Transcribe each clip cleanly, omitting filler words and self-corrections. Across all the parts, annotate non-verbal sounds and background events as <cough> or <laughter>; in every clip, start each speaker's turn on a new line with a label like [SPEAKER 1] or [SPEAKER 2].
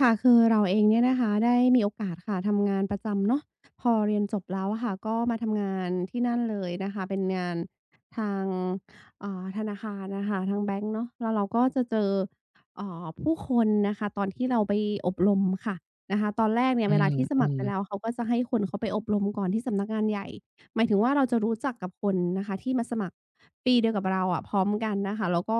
[SPEAKER 1] ค่ะคือเราเองเนี่ยนะคะได้มีโอกาสค่ะทำงานประจำเนาะพอเรียนจบแล้วอะค่ะก็มาทำงานที่นั่นเลยนะคะเป็นงานทางธนาคารน่ะค่ะทางแบงก์เนาะแล้วเราก็จะเจอผู้คนนะคะตอนที่เราไปอบรมค่ะนะคะตอนแรกเนี่
[SPEAKER 2] อื
[SPEAKER 1] ยเว
[SPEAKER 2] ม
[SPEAKER 1] ลาที่ส
[SPEAKER 2] อื
[SPEAKER 1] มัคร
[SPEAKER 2] ม
[SPEAKER 1] ไปแล้วเขาก็จะให้คนเขาไปอบรมก่อนที่สำนักงานใหญ่หมายถึงว่าเราจะรู้จักกับคนนะคะที่มาสมัคร ปีเดียวกับเราอะพร้อมกันนะคะแล้วก็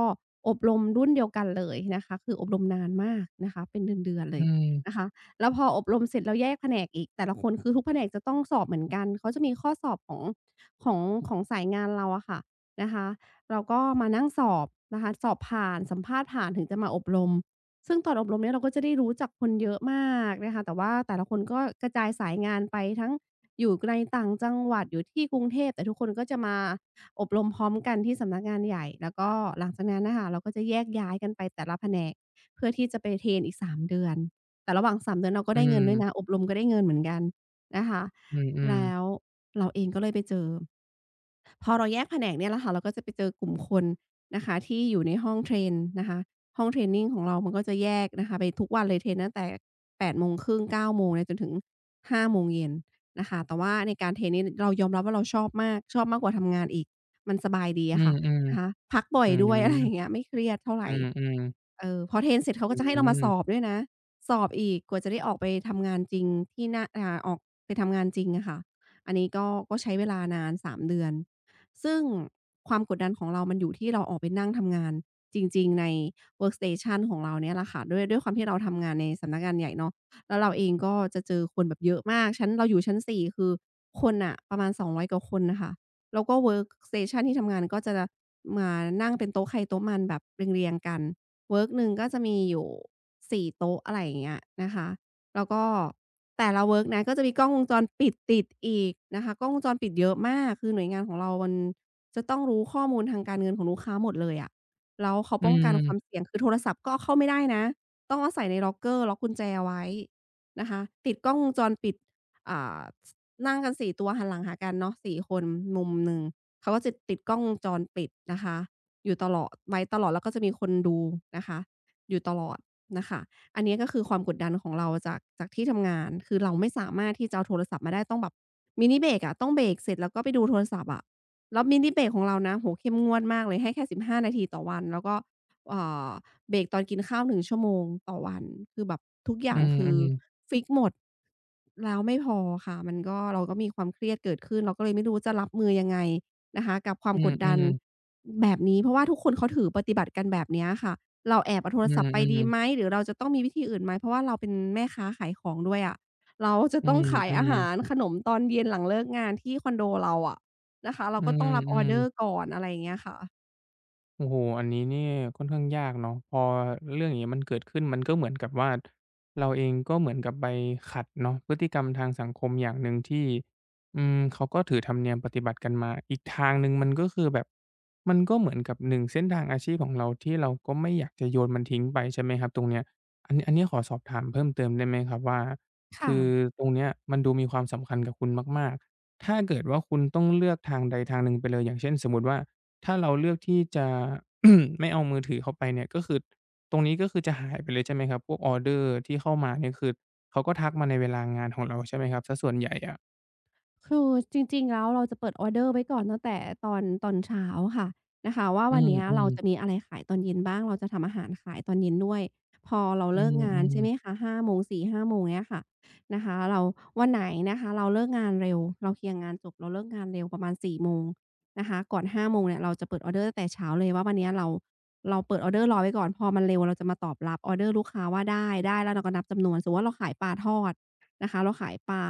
[SPEAKER 1] อบรมรุ่นเดียวกันเลยนะคะคืออบรมนานมากนะคะเป็นเดือนๆเล
[SPEAKER 2] อื
[SPEAKER 1] ยนะ
[SPEAKER 2] ม
[SPEAKER 1] คะแล้วพออบรมเสร็จแล้วแยกแผนกอีกแต่ละคนคือทุกแผนกจะต้องสอบเหมือนกันเขาจะมีข้อสอบของของสายงานเราอะค่ะนะคะเราก็มานั่งสอบนะคะสอบผ่านสัมภาษณ์ผ่านถึงจะมาอบรมซึ่งตอนอบรมเนี่ยเราก็จะได้รู้จักคนเยอะมากนะคะแต่ว่าแต่ละคนก็กระจายสายงานไปทั้งอยู่ในต่างจังหวัดอยู่ที่กรุงเทพแต่ทุกคนก็จะมา อบรมพร้อมกันที่สำนักงานใหญ่แล้วก็หลังจากนั้นน่ะค่ะเราก็จะแยกย้ายกันไปแต่ละแผนกเพื่อที่จะไปเทรนอีก3เดือนแต่ระหว่าง3เดือนเราก็
[SPEAKER 2] อื
[SPEAKER 1] ได้เงินด้วยนะ
[SPEAKER 2] ม
[SPEAKER 1] อบรมก็ได้เงินเหมือนกันนะคะ
[SPEAKER 2] อื
[SPEAKER 1] แล้ว
[SPEAKER 2] ม
[SPEAKER 1] เราเองก็เลยไปเจอ พอเราแยกแผนกเนี่ยแหละค่ะเราก็จะไปเจอกลุ่มคนนะคะที่อยู่ในห้องเทรนนะคะห้องเทรนนิงของเรามันก็จะแยกนะคะไปทุกวันเลยเทรนตั้งแต่8:30 9โมงครึ่งเก้าโมงเนี่ยจนถึง5โมงเย็นนะคะแต่ว่าในการเทรนนี้เรายอมรับว่าเราชอบมากชอบมากกว่าทำงานอีกมันสบายดี
[SPEAKER 2] อๆ
[SPEAKER 1] อะค่ะนะคะ
[SPEAKER 2] อ
[SPEAKER 1] พักบ่อย
[SPEAKER 2] ืม
[SPEAKER 1] ด้วย <laughs> อะไรอย่างเงี้
[SPEAKER 2] อ
[SPEAKER 1] ยไม่เครียดเท่าไร
[SPEAKER 2] ๆอืมอืม
[SPEAKER 1] เออพอเทรนเสร็จเขา
[SPEAKER 2] อ
[SPEAKER 1] ก็จะให้เรามาส
[SPEAKER 2] ๆ
[SPEAKER 1] อบด้วยนะสอบอีกกว่าจะได้ออกไปทำงานจริงที่หน้าออกไปทำงานจริงอะค่ะอันนี้ก็ใช้เวลานานสามเดือน ซึ่งความกดดันของเรามันอยู่ที่เราออกไปนั่งทำงานจริงๆใน workstation ของเราเนี่ยแหละค่ะด้วยความที่เราทำงานในสำนักงานใหญ่เนาะแล้วเราเองก็จะเจอคนแบบเยอะมากชั้นเราอยู่ชั้น4คือคนน่ะประมาณ200กว่าคนน่ะค่ะแล้วก็ workstation ที่ทำงานก็จะมานั่งเป็นโต๊ะใครโต๊ะมันแบบเรียงๆกันเวิร์กหนึ่งก็จะมีอยู่4โต๊ะอะไรอย่างเงี้ยนะคะ แล้วก็แต่ละเวิร์กนะก็จะมีกล้องวงจรปิดติดอีกนะคะกล้องวงจรปิดเยอะมากคือหน่วยงานของเรามันจะต้องรู้ข้อมูลทางการเงินของลูกค้าหมดเลยอะแล้วเขา
[SPEAKER 2] อื
[SPEAKER 1] ป้องกันความ
[SPEAKER 2] ม
[SPEAKER 1] เสี่ยงคือโทรศัพท์ก็เอาเข้าไม่ได้นะต้องเอาใส่ในล็อกเกอร์ล็อกกุญแจไว้นะคะติดกล้องวงจรปิดอ่าสนั่งกันสี่ตัวหันหลังหากันเนาะสี่คนมุมหนึ่งเขาก็จะติดกล้องวงจรปิดนะคะอยู่ตลอดไว้ตลอดแล้วก็จะมีคนดูนะคะอยู่ตลอดน่ะค่ะ อันนี้ก็คือความกดดันของเราจากที่ทำงานคือเราไม่สามารถที่จะเอาโทรศัพท์มาได้ต้องแบบมินิเบรกอะต้องเบรกเสร็จแล้วก็ไปดูโทรศัพท์อะแล้วมินิเบรกของเรานะโอ้โฮเข้มงวดมากเลยให้แค่15นาทีต่อวันแล้วก็เอ่อเบรกตอนกินข้าว1ชั่วโมงต่อวันคือแบบทุกอ
[SPEAKER 2] อื
[SPEAKER 1] ย่าง
[SPEAKER 2] ม
[SPEAKER 1] คื
[SPEAKER 2] อื
[SPEAKER 1] อ
[SPEAKER 2] ม
[SPEAKER 1] ฟิกซ์หมด แล้วไม่พอค่ะมันก็เราก็มีความเครียดเกิดขึ้นเราก็เลยไม่รู้จะรับมือยังไงนะคะกับความ
[SPEAKER 2] อื
[SPEAKER 1] ก
[SPEAKER 2] ม
[SPEAKER 1] ด
[SPEAKER 2] อ
[SPEAKER 1] ดัน
[SPEAKER 2] ม
[SPEAKER 1] แบบนี้เพราะว่าทุกคนเขาถือปฏิบัติกันแบบเนี้ยค่ะเราแอบเอาโท
[SPEAKER 2] อื
[SPEAKER 1] รศัพ
[SPEAKER 2] ม
[SPEAKER 1] ท์ไป
[SPEAKER 2] อม
[SPEAKER 1] ดีไหมหรือเราจะต้องมีวิธีอื่นไหมเพราะว่าเราเป็นแม่ค้าขายของด้วยอะเราจะ
[SPEAKER 2] อ
[SPEAKER 1] ต้องขายอา
[SPEAKER 2] ื
[SPEAKER 1] หารขนมตอนเย็นหลังเลิกงานที่คอนโดเราอะนะคะ
[SPEAKER 2] ม
[SPEAKER 1] เรา
[SPEAKER 2] อื
[SPEAKER 1] ก็
[SPEAKER 2] ม
[SPEAKER 1] ต้องรับอ
[SPEAKER 2] อื
[SPEAKER 1] อร์
[SPEAKER 2] ม
[SPEAKER 1] เดอร์ก่อนอะไรอย่างเงี้ยค่ะ
[SPEAKER 2] โอ้โฮอันนี้นี่ค่อนข้างยากเนาะพอเรื่องอย่างนี้มันเกิดขึ้นมันก็เหมือนกับว่าเราเองก็เหมือนกับไปขัดเนาะพฤติกรรมทางสังคมอย่างหนึ่งที่อืมเขาก็ถือธรรมเนียมปฏิบัติกันมาอีกทางหนึ่งมันก็คือแบบมันก็เหมือนกับหนงเส้นทางอาชีพของเราที่เราก็ไม่อยากจะโยนมันทิ้งไปใช่ไหมครับตรงเนี้ยอันนี้ขอสอบถามเพิ่มเติมได้ไหมครับว่า
[SPEAKER 1] ค
[SPEAKER 2] คือ
[SPEAKER 1] ่ะ
[SPEAKER 2] ตรงเนี้ยมันดูมีความสำคัญกับคุณมากๆถ้าเกิดว่าคุณต้องเลือกทางใดทางหนึ่งไปเลยอย่างเช่นสมมุติว่า ถ้าเราเลือกที่จะ <coughs> ไม่เอามือถือเข้าไปเนี่ยก็คือตรงนี้ก็คือจะหายไปเลยใช่ไหมครับพวกออเดอร์ที่เข้ามาเนี่ยคือเขาก็ทักมาในเวลางานของเราใช่ไหมครับเสียส่วนใหญ่อะ
[SPEAKER 1] คือจริงๆแล้วเราจะเปิดออร์เดอร์ไว้ก่อนตั้งแต่ตอนเช้าค่ะนะคะว่า
[SPEAKER 2] อื
[SPEAKER 1] วันเนี้ยเรา
[SPEAKER 2] ม
[SPEAKER 1] จะมี
[SPEAKER 2] ๆ
[SPEAKER 1] อะไรขายตอนเย็นบ้างเราจะทำอาหารขายตอนเย็นด้วยพอเรา
[SPEAKER 2] อื
[SPEAKER 1] เลิกงาน
[SPEAKER 2] ม
[SPEAKER 1] ใช่ไหม
[SPEAKER 2] ๆ
[SPEAKER 1] คะห้าโมงสี่ห้าโมงเงี้ยค่ะนะคะเราวันไหนนะคะเราเลิกงานเร็วเราเคลียร์งานจบเราเลิกงานเร็วประมาณสี่โมงนะคะก่อนห้าโมงเนี่ยเราจะเปิดออร์เดอร์ตั้งแต่เช้าเลยว่าวันเนี้ยเราเปิดออร์เดอร์รอไว้ก่อนพอมันเร็วเราจะมาตอบรับออร์เดอร์ลูกค้าว่าได้แล้วเราก็นับจำนวนสมมุติว่าเราขายปลาทอดนะคะเราขายปลา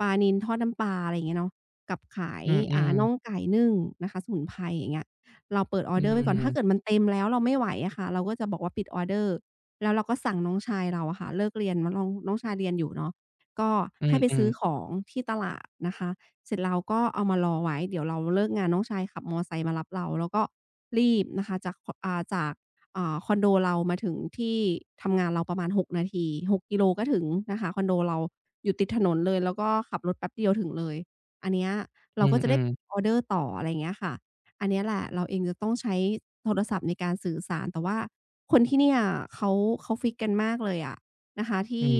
[SPEAKER 1] ปลานิลทอดน้ำปลาอะไรอย่างเงี้ยเนาะกับขาย
[SPEAKER 2] อืมอืม
[SPEAKER 1] น่
[SPEAKER 2] ๆ
[SPEAKER 1] องไก่นึ่งนะคะสมุนไพรอย่างเงี้ยเราเปิดออ
[SPEAKER 2] อื
[SPEAKER 1] ร์เดอร์ไว้ก่อนถ้าเกิดมั
[SPEAKER 2] ม
[SPEAKER 1] นเต็มแล้วเราไม่ไหวอะค่ะเราก็จะบอกว่าปิดออร์เดอร์แล้วเราก็สั่งน้องชายเราอะค่ะเลิกเรียนน้องน้องชายเรียนอยู่เนาะก็
[SPEAKER 2] อื
[SPEAKER 1] ให้ไป
[SPEAKER 2] ม
[SPEAKER 1] ซื้อข
[SPEAKER 2] ๆ
[SPEAKER 1] องที่ตลาดนะคะ เสร็จแล้วก็เอามารอไว้เดี๋ยวเราเลิกงานน้องชายขับมอไซค์มารับเราแล้วก็รีบนะคะจากคอนโดเรามาถึงที่ทำงานเราประมาณหกนาที6กกิโลก็ถึงนะคะคอนโดเราอยู่ติดถนนเลยแล้วก็ขับรถแป๊บเดียวถึงเลยอันเนี้ย
[SPEAKER 2] อื
[SPEAKER 1] เรา
[SPEAKER 2] ม
[SPEAKER 1] ก็จะ
[SPEAKER 2] อื
[SPEAKER 1] ได้
[SPEAKER 2] ม
[SPEAKER 1] ออร์เดอร์ต่ออะไรอย่างเงี้ยค่ะอันเนี้ยแหละเราเองจะต้องใช้โทรศัพท์ในการสื่อสารแต่ว่าคนที่เนี่ยเขาเขาฟิกซ์กันมากเลยอะ นะคะ
[SPEAKER 2] อื
[SPEAKER 1] ที่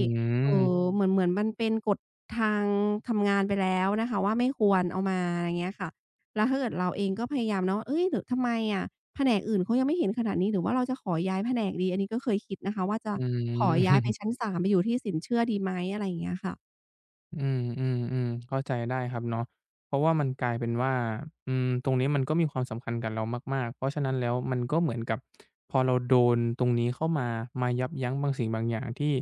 [SPEAKER 2] มๆ
[SPEAKER 1] เหมือนมันเป็นกฎทางทำงานไปแล้วนะคะว่าไม่ควรเอามาอะไรเงี้ยค่ะแล้วถ้าเกิดเราเองก็พยายามเนาะเฮ้ยหรือทำไมอะแผนกอื่นเขายังไม่เห็นขนาดนี้หรือว่าเราจะขอย้ายแผนกดีอันนี้ก็เคยคิดนะคะว่าจะ
[SPEAKER 2] อืม
[SPEAKER 1] ขอ
[SPEAKER 2] อื
[SPEAKER 1] ย้ายไป
[SPEAKER 2] ม
[SPEAKER 1] ชั้น3ไปอยู่ที่สินเชื่อดีไหมอะไรอย่างเงี้ยค่ะ
[SPEAKER 2] อืมอืมอืมเข้าใจได้ครับเนาะเพราะว่ามันกลายเป็นว่าอืมตรงนี้มันก็มีความสำคัญกับเรามากๆเพราะฉะนั้นแล้วมันก็เหมือนกับพอเราโดนตรงนี้เข้ามามายับยั้งบางสิ่งบางอย่างที่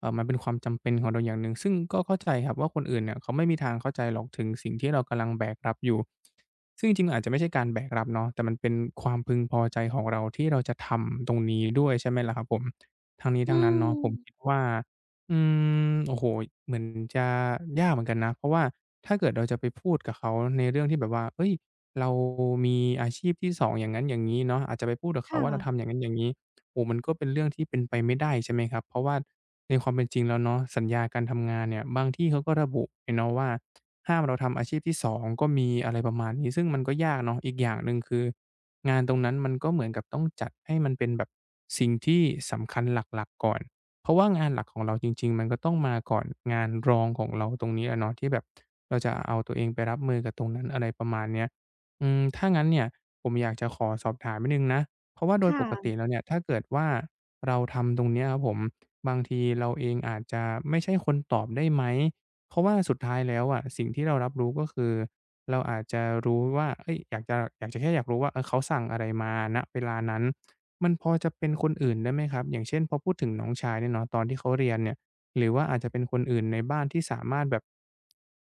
[SPEAKER 2] มันเป็นความจำเป็นของเราอย่างหนึ่งซึ่งก็เข้าใจครับว่าคนอื่นเนี่ยเขาไม่มีทางเข้าใจหรอกถึงสิ่งที่เรากำลังแบกรับอยู่ซึ่งจริงๆอาจจะไม่ใช่การแบกรับเนาะแต่มันเป็นความพึงพอใจของเราที่เราจะทำตรงนี้ด้วยใช่ไหมล่ะครับผมทั้งนี้
[SPEAKER 1] อื
[SPEAKER 2] ทั้งนั้นเนาะผ
[SPEAKER 1] ม
[SPEAKER 2] มคิดว่า อืมโอ้โฮเหมือนจะยากเหมือนกันนะเพราะว่าถ้าเกิดเราจะไปพูดกับเขาในเรื่องที่แบบว่าเฮ้ยเรามีอาชีพที่2องอย่างนั้นอย่างงี้เนาะอาจจะไปพูดกับ
[SPEAKER 1] ค
[SPEAKER 2] เขาว่าเราทำอ
[SPEAKER 1] ่ะ
[SPEAKER 2] ย่างนั้นอย่างงี้โอ้โฮมันก็เป็นเรื่องที่เป็นไปไม่ได้ใช่ไหมครับเพราะว่าในความเป็นจริงแล้วเนาะสัญญาการทำงานเนี่ยบางที่เขาก็ระบุเลยเนาะว่าห้ามเราทำอาชีพที่สองก็มีอะไรประมาณนี้ซึ่งมันก็ยากเนาะอีกอย่างหนึ่งคืองานตรงนั้นมันก็เหมือนกับต้องจัดให้มันเป็นแบบสิ่งที่สำคัญหลักๆก่อน เพราะว่างานหลักของเราจริงๆมันก็ต้องมาก่อนงานรองของเราตรงนี้อะเนาะที่แบบเราจะเอาตัวเองไปรับมือกับตรงนั้นอะไรประมาณเนี้ยอืมถ้างั้นเนี่ยผมอยากจะขอสอบถามนิดหนึ่งนะเพราะว่าโดยปกติ
[SPEAKER 1] ค่ะ
[SPEAKER 2] แล้วเนี่ยถ้าเกิดว่าเราทำตรงเนี้ยครับผมบางทีเราเองอาจจะไม่ใช่คนตอบได้ไหมเพราะว่าสุดท้ายแล้วอะสิ่งที่เรารับรู้ก็คือเราอาจจะรู้ว่าเฮ้ยอยากจะแค่อยากรู้ว่าเออเขาสั่งอะไรมาณเวลานั้น มันพอจะเป็นคนอื่นได้ไหมครับ อย่างเช่นพอพูดถึงน้องชายเนี่ยเนาะตอนที่เขาเรียนเนี่ยหรือว่าอาจจะเป็นคนอื่นในบ้านที่สามารถแบบ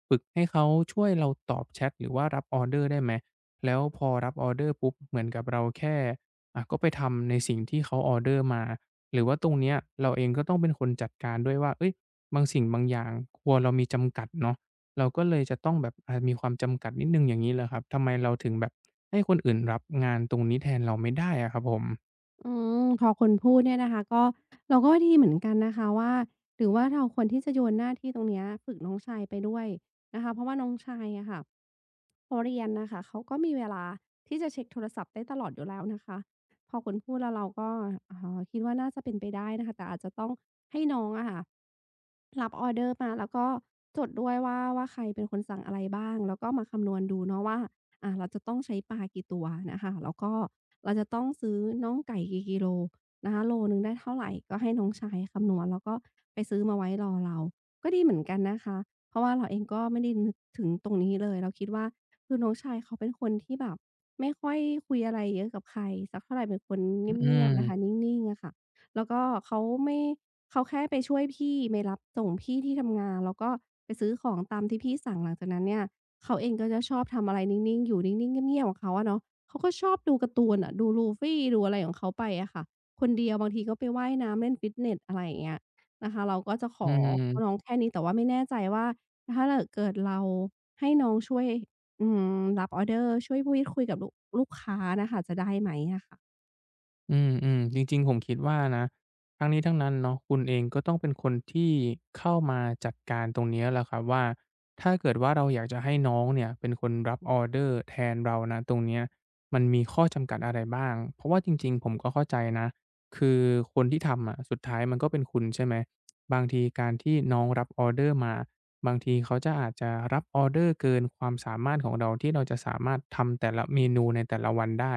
[SPEAKER 2] ฝึกให้เขาช่วยเราตอบแชทหรือว่ารับออร์เดอร์ได้ไหมแล้วพอรับออร์เดอร์ปุ๊บเหมือนกับเราแค่อะก็ไปทำในสิ่งที่เขาออร์เดอร์มาหรือว่าตรงเนี้ยเราเองก็ต้องเป็นคนจัดการด้วยว่าเฮ้ยบางสิ่งบางอย่างครัวเรามีจำกัดเนาะเราก็เลยจะต้องแบบมีความจำกัดนิดหนึ่งอย่างงี้เหรอครับทำไมเราถึงแบบให้คนอื่นรับงานตรงนี้แทนเราไม่ได้อะครับผม
[SPEAKER 1] อืมพอคุณพูดเนี่ยนะคะก็เราก็วดีเหมือนกันนะคะว่าหรือว่าเราควรที่จะโยนหน้าที่ตรงเนี้ยฝึกน้องชายไปด้วยนะคะเพราะว่าน้องชายอะค่ะพอเรียนน่ะค่ะเขาก็มีเวลาที่จะเช็กโทรศัพท์ได้ตลอดอยู่แล้วนะคะพอคุณพูดแล้วเราก็คิดว่าน่าจะเป็นไปได้นะคะแต่อาจจะต้องให้น้องอะค่ะรับออร์เดอร์มาแล้วก็จดด้วยว่าใครเป็นคนสั่งอะไรบ้างแล้วก็มาคำนวณดูเนาะว่า เราจะต้องใช้ปลากี่ตัวนะคะแล้วก็เราจะต้องซื้อน่องไก่กี่กิโลนะคะโลหนึ่งได้เท่าไรก็ให้น้องชายคำนวณแล้วก็ไปซื้อมาไว้รอเราก็ดีเหมือนกันนะคะเพราะว่าเราเองก็ไม่ได้นึกถึงตรงนี้เลยเราคิดว่าคือน้องชายเขาเป็นคนที่แบบไม่ค่อยคุยอะไรเยอะกับใครสักเท่าไรเป็นคน
[SPEAKER 2] อื
[SPEAKER 1] เงียบๆนะคะ
[SPEAKER 2] ม
[SPEAKER 1] นิ่งๆอะค่ะแล้วก็เขาแค่ไปช่วยพี่ไปรับส่งพี่ที่ทำงานแล้วก็ไปซื้อของตามที่พี่สั่งหลังจากนั้นเนี่ย เขาเองก็จะชอบทำอะไรนิ่งๆ อยู่นิ่งๆเงียบๆของเขาอะเนาะเขาก็ชอบดูการ์ตูนอะดู Luffy ดูอะไรของเขาไปอะค่ะคนเดียวบางทีก็ไปว่ายน้ำเล่นฟิตเนสอะไรอย่างเงี้ยนะคะเราก็จะข
[SPEAKER 2] อื
[SPEAKER 1] อน้อง
[SPEAKER 2] ม
[SPEAKER 1] แค่นี้แต่ว่าไม่แน่ใจว่าถ้าเกิดเราให้น้องช่วยอืมรับออร์เดอร์ช่วยพูดคุยกับลูกค้าน่ะค่ะจะได้ไหมอะค่ะ
[SPEAKER 2] จริงๆผมคิดว่านะทั้งนี้ทั้งนั้นเนาะคุณเองก็ต้องเป็นคนที่เข้ามาจัดการตรงเนี้ยแหละครับว่าถ้าเกิดว่าเราอยากจะให้น้องเนี่ยเป็นคนรับออร์เดอร์แทนเราณตรงเนี้ยมันมีข้อจำกัดอะไรบ้าง เพราะว่าจริงๆผมก็เข้าใจนะ คือคนที่ทำอะสุดท้ายมันก็เป็นคุณใช่ไหมบางทีการที่น้องรับออร์เดอร์มา บางทีเขาจะอาจจะรับออร์เดอร์เกินความสามารถของเราที่เราจะสามารถทำแต่ละเมนูในแต่ละวันได้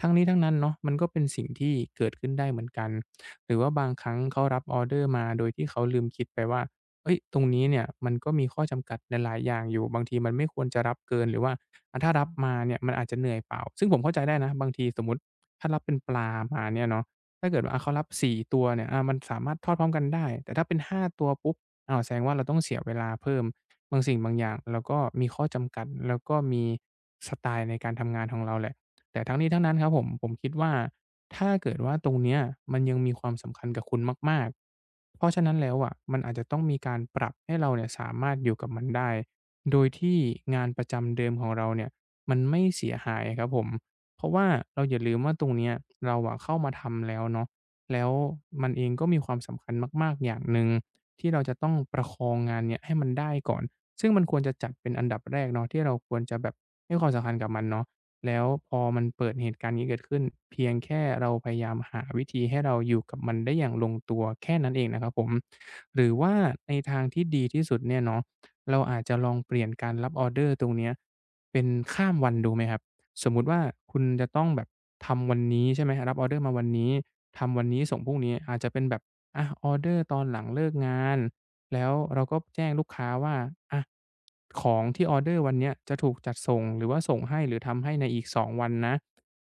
[SPEAKER 2] ทั้งนี้ทั้งนั้นเนาะมันก็เป็นสิ่งที่เกิดขึ้นได้เหมือนกันหรือว่าบางครั้งเขารับออเดอร์มาโดยที่เขาลืมคิดไปว่าเอ้ยตรงนี้เนี่ยมันก็มีข้อจำกัดในหลายอย่างอยู่บางทีมันไม่ควรจะรับเกินหรือว่าอะถ้ารับมาเนี่ยมันอาจจะเหนื่อยเปล่าซึ่งผมเข้าใจได้นะบางทีสมมุติถ้ารับเป็นปลามาเนี่ยเนาะถ้าเกิดว่าอะเขารับ4ตัวเนี่ยอามันสามารถทอดพร้อมกันได้แต่ถ้าเป็นห้าตัวปุ๊บอ้าวแสดงว่าเราต้องเสียเวลาเพิ่มบางสิ่งบางอย่างเราก็มีข้อจำกัดแล้วก็มีสไตล์ในการทำงานของเราแหละ แต่ทั้งนี้ทั้งนั้นครับผมคิดว่าถ้าเกิดว่าตรงเนี้ยมันยังมีความสำคัญกับคุณมากๆเพราะฉะนั้นแล้วอะมันอาจจะต้องมีการปรับให้เราเนี่ยสามารถอยู่กับมันได้โดยที่งานประจำเดิมของเราเนี่ยมันไม่เสียหายอะครับผมเพราะว่าเราอย่าลืมว่าตรงเนี้ยเราอะเข้ามาทำแล้วเนาะแล้วมันเองก็มีความสำคัญมากๆอย่างหนึ่งที่เราจะต้องประคองงานเนี้ยให้มันได้ก่อนซึ่งมันควรจะจัดเป็นอันดับแรกเนาะที่เราควรจะแบบให้ความสำคัญกับมันเนาะ แล้วพอมันเปิดเหตุการณ์นี้เกิดขึ้นเพียงแค่เราพยายามหาวิธีให้เราอยู่กับมันได้อย่างลงตัวแค่นั้นเองนะครับผมหรือว่าในทางที่ดีที่สุดเนี่ยเนาะเราอาจจะลองเปลี่ยนการรับออร์เดอร์ตรงเนี้ยเป็นข้ามวันดูไหมครับสมมุติว่าคุณจะต้องแบบทำวันนี้ใช่ไหมรับออร์เดอร์มาวันนี้ทำวันนี้ส่งพรุ่งนี้อาจจะเป็นแบบอะออร์เดอร์ตอนหลังเลิกงาน แล้วเราก็แจ้งลูกค้าว่าอะของที่ออร์เดอร์วันเนี้ยจะถูกจัดส่งหรือว่าส่งให้หรือทำให้ในอีก2วันนะ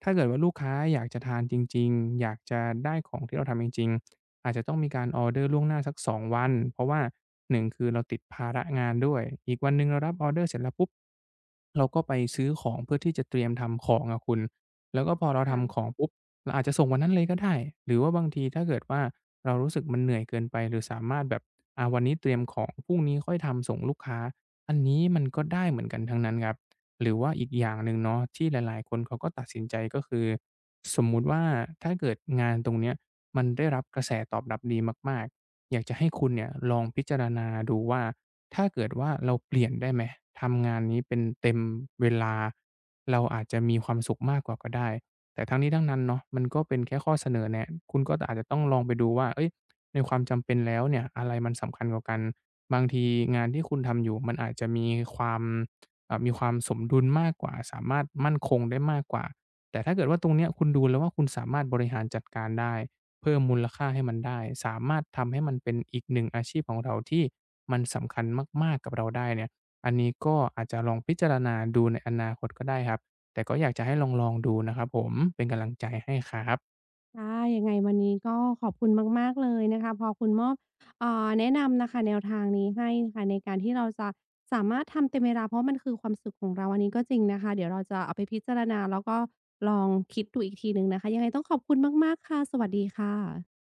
[SPEAKER 2] ถ้าเกิดว่าลูกค้าอยากจะทานจริงๆอยากจะได้ของที่เราทำจริงๆอาจจะต้องมีการออร์เดอร์ล่วงหน้าสัก2วัน เพราะว่าหนึ่งคือเราติดภาระงานด้วย อีกวันหนึ่งเรารับออร์เดอร์เสร็จแล้วปุ๊บเราก็ไปซื้อของเพื่อที่จะเตรียมทำของอะคุณแล้วก็พอเราทำข
[SPEAKER 1] ค่ะ
[SPEAKER 2] องปุ๊บเราอาจจะส่งวันนั้นเลยก็ได้หรือว่าบางทีถ้าเกิดว่า เรารู้สึกมันเหนื่อยเกินไปหรือสามารถแบบวันนี้เตรียมของพรุ่งนี้ค่อยทำส่งลูกค้าอันนี้มันก็ได้เหมือนกันทั้งนั้นครับหรือว่าอีกอย่างหนึ่งเนาะที่หลายๆคนเขาก็ตัดสินใจก็คือสมมุติว่าถ้าเกิดงานตรงเนี้ยมันได้รับกระแสตอบรับดีมากๆอยากจะให้คุณเนี่ยลองพิจารณาดูว่าถ้าเกิดว่าเราเปลี่ยนได้ไหมทำงานนี้เป็นเต็มเวลาเราอาจจะมีความสุขมากกว่าก็ได้ แต่ทั้งนี้ทั้งนั้นเนาะมันก็เป็นแค่ข้อเสนอแนะคุณก็อาจจะต้องลองไปดูว่าเอ้ยในความจำเป็นแล้วเนี่ยอะไรมันสำคัญกว่ากันบางทีงานที่คุณทำอยู่มันอาจจะมีความมีความสมดุลมากกว่าสามารถมั่นคงได้มากกว่าแต่ถ้าเกิดว่าตรงเนี้ยคุณดูแล้วว่าคุณสามารถบริหารจัดการได้เพิ่มมูลค่าให้มันได้สามารถทำให้มันเป็นอีกหนึ่งอาชีพของเราที่มันสำคัญมากๆกับเราได้เนี่ยอันนี้ก็อาจจะลองพิจารณาดูในอนาคตก็ได้ครับ แต่ก็อยากจะให้ลองดูนะครับผมเป็นกำลังใจให้ครับ
[SPEAKER 1] ค่ะยังไงวันนี้ก็ขอบคุณมากๆเลยนะคะพอคุณมอบแนะนำน่ะค่ะแนวทางนี้ให้ค่ะในการที่เราจะสามารถทำเต็มเวลาเพราะมันคือความสุขของเราอันนี้ก็จริงนะคะเดี๋ยวเราจะเอาไปพิจารณาแล้วก็ลองคิดดูอีกทีหนึ่งนะคะยังไงต้องขอบคุณมากๆค่ะสวัสดีค่ะ